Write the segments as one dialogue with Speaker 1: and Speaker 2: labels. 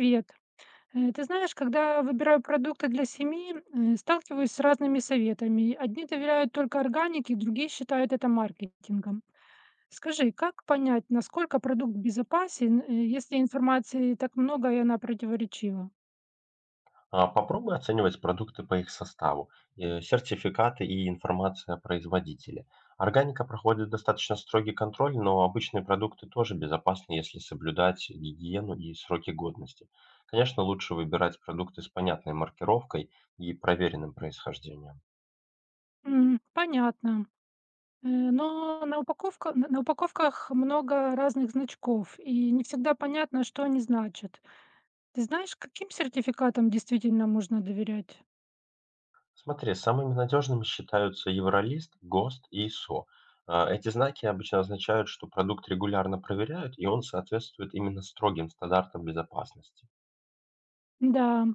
Speaker 1: Привет. Ты знаешь, когда выбираю продукты для семьи, сталкиваюсь с разными советами. Одни доверяют только органике, другие считают это маркетингом. Скажи, как понять, насколько продукт безопасен, если информации так много и она противоречива?
Speaker 2: Попробуй оценивать продукты по их составу, сертификаты и информация о производителе. Органика проходит достаточно строгий контроль, но обычные продукты тоже безопасны, если соблюдать гигиену и сроки годности. Конечно, лучше выбирать продукты с понятной маркировкой и проверенным происхождением.
Speaker 1: М, понятно. Но на упаковках много разных значков, и не всегда понятно, что они значат. Ты знаешь, каким сертификатам действительно можно доверять?
Speaker 2: Смотри, самыми надежными считаются Евролист, ГОСТ и СО. Эти знаки обычно означают, что продукт регулярно проверяют, и он соответствует именно строгим стандартам безопасности.
Speaker 1: Да,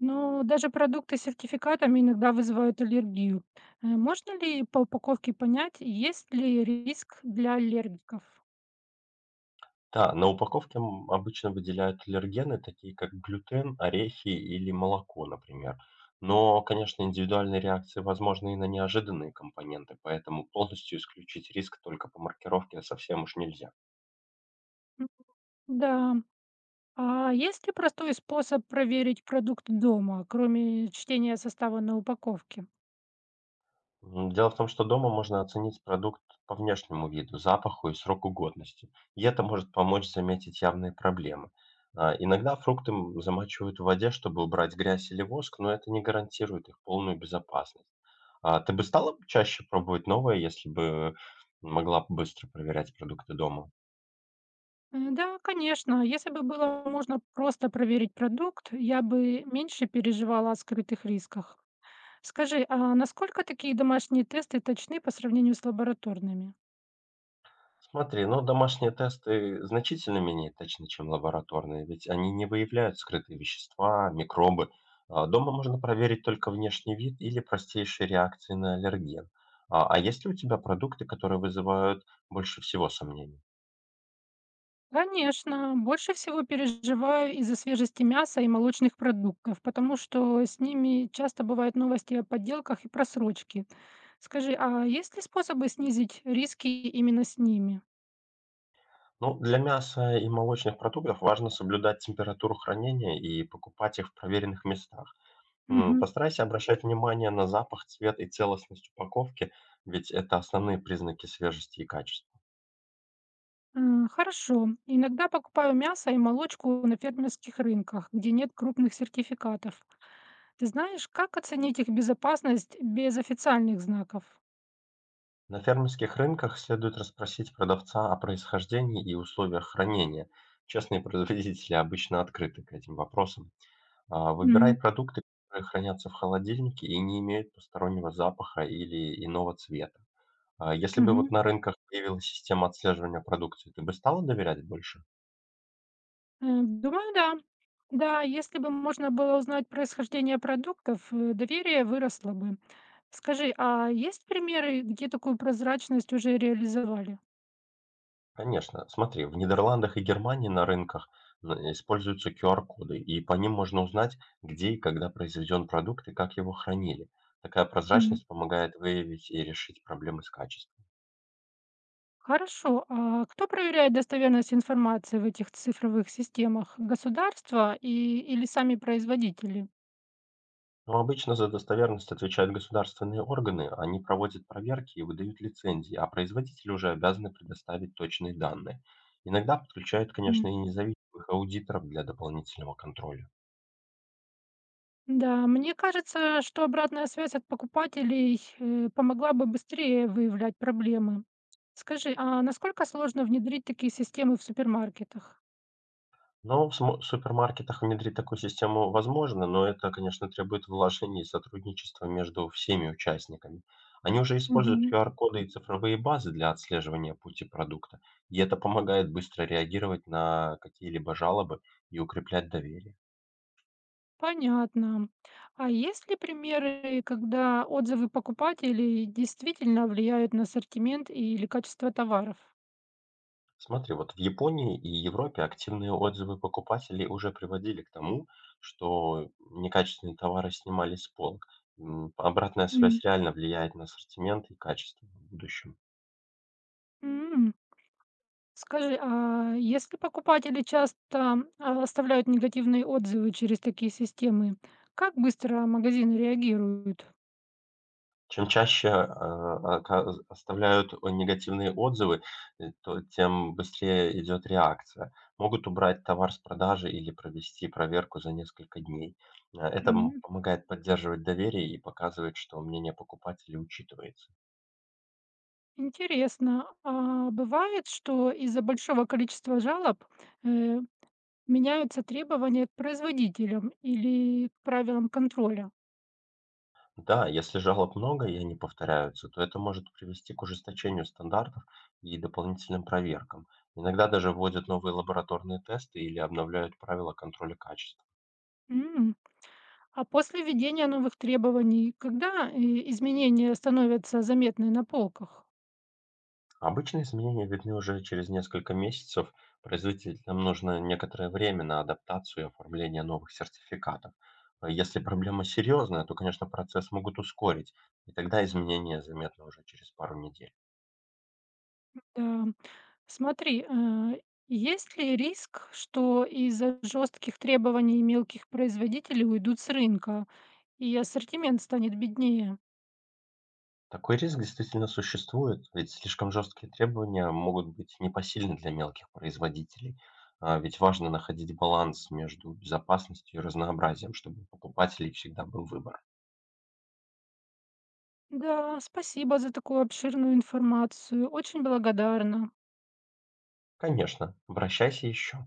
Speaker 1: но даже продукты с сертификатами иногда вызывают аллергию. Можно ли по упаковке понять, есть ли риск для аллергиков?
Speaker 2: Да, на упаковке, обычно выделяют аллергены, такие как глютен, орехи или молоко, например. Но, конечно, индивидуальные реакции возможны и на неожиданные компоненты, поэтому полностью исключить риск только по маркировке совсем уж нельзя.
Speaker 1: М, да. А есть ли простой способ проверить продукт дома, кроме чтения состава на упаковке?
Speaker 2: Дело в том, что дома можно оценить продукт по внешнему виду, запаху и сроку годности. И это может помочь заметить явные проблемы. А, иногда фрукты замачивают в воде, чтобы убрать грязь или воск, но это не гарантирует их полную безопасность. А ты бы стала чаще пробовать новое, если бы могла быстро проверять продукты дома?
Speaker 1: Да, конечно. Если бы было можно просто проверить продукт, я бы меньше переживала о скрытых рисках. Скажи, а насколько такие домашние тесты точны по сравнению с лабораторными?
Speaker 2: Смотри, но домашние тесты значительно менее точны, чем лабораторные, ведь они не выявляют скрытые вещества, микробы. Дома можно проверить только внешний вид или простейшие реакции на аллерген. А есть ли у тебя продукты, которые вызывают больше всего сомнений?
Speaker 1: Конечно, больше всего переживаю из-за свежести мяса и молочных продуктов, потому что с ними часто бывают новости о подделках и просрочке. Скажи, а есть ли способы снизить риски именно с ними?
Speaker 2: Ну, для мяса и молочных продуктов важно соблюдать температуру хранения и покупать их в проверенных местах.
Speaker 1: Мгм.
Speaker 2: Постарайся обращать внимание на запах, цвет и целостность упаковки, ведь это основные признаки свежести и качества.
Speaker 1: Хорошо. Иногда покупаю мясо и молочку на фермерских рынках, где нет крупных сертификатов. Ты знаешь, как оценить их безопасность без официальных знаков?
Speaker 2: На фермерских рынках следует расспросить продавца о происхождении и условиях хранения. Честные производители обычно открыты к этим вопросам. Выбирай
Speaker 1: Мгм.
Speaker 2: продукты, которые хранятся в холодильнике и не имеют постороннего запаха или иного цвета. Если бы
Speaker 1: Мгм.
Speaker 2: вот на рынках появилась система отслеживания продукции, ты бы стала доверять больше?
Speaker 1: М, думаю, да. Да, если бы можно было узнать происхождение продуктов, доверие выросло бы. Скажи, а есть примеры, где такую прозрачность уже реализовали?
Speaker 2: Конечно. Смотри, в Нидерландах и Германии на рынках используются QR-коды, и по ним можно узнать, где и когда произведен продукт и как его хранили. Такая
Speaker 1: Мгм.
Speaker 2: прозрачность помогает выявить и решить проблемы с качеством.
Speaker 1: Хорошо. А кто проверяет достоверность информации в этих цифровых системах? Государство и или сами производители?
Speaker 2: Но обычно за достоверность отвечают государственные органы, они проводят проверки и выдают лицензии, а производители уже обязаны предоставить точные данные. Иногда подключают, конечно, и независимых аудиторов для дополнительного контроля.
Speaker 1: Да, мне кажется, что обратная связь от покупателей, помогла бы быстрее выявлять проблемы. Скажи, а насколько сложно внедрить такие системы в супермаркетах?
Speaker 2: Ну, в смо супермаркетах внедрить такую систему возможно, но это, конечно, требует вложений и сотрудничества между всеми участниками. Они уже используют
Speaker 1: Мгм.
Speaker 2: QR-коды и цифровые базы для отслеживания пути продукта, и это помогает быстро реагировать на какие-либо жалобы и укреплять доверие.
Speaker 1: Понятно. А есть ли примеры, когда отзывы покупателей действительно влияют на ассортимент или качество товаров?
Speaker 2: Смотри, вот в Японии и Европе активные отзывы покупателей уже приводили к тому, что некачественные товары снимались с полок. Обратная связь
Speaker 1: М.
Speaker 2: реально влияет на ассортимент и качество в будущем.
Speaker 1: М. Скажи, а если покупатели часто оставляют негативные отзывы через такие системы, как быстро магазины реагируют?
Speaker 2: Чем чаще, а, оказ оставляют, негативные отзывы, то тем быстрее идет реакция. Могут убрать товар с продажи или провести проверку за несколько дней. Это,
Speaker 1: М,
Speaker 2: помогает поддерживать доверие и показывает, что мнение покупателей учитывается.
Speaker 1: интересно. А бывает, что из-за большого количества жалоб, э, меняются требования к производителям или к правилам контроля?
Speaker 2: Да, если жалоб много и они повторяются, то это может привести к ужесточению стандартов и дополнительным проверкам. Иногда даже вводят новые лабораторные тесты или обновляют правила контроля качества.
Speaker 1: М, а после введения новых требований, когда, изменения становятся заметны на полках?
Speaker 2: Обычно изменения видны уже через несколько месяцев. Производителям нужно некоторое время на адаптацию и оформление новых сертификатов. А если проблема серьезная, то, конечно, процесс могут ускорить, и тогда изменения заметны уже через пару недель.
Speaker 1: Да. Смотри, есть ли риск, что из-за жестких требований мелких производителей уйдут с рынка и ассортимент станет беднее?
Speaker 2: Такой риск действительно существует, ведь слишком жесткие требования могут быть непосильны для мелких производителей. А ведь важно находить баланс между безопасностью и разнообразием, чтобы у покупателей всегда был выбор.
Speaker 1: Да, спасибо за такую обширную информацию. Очень благодарна.
Speaker 2: Конечно, обращайся еще.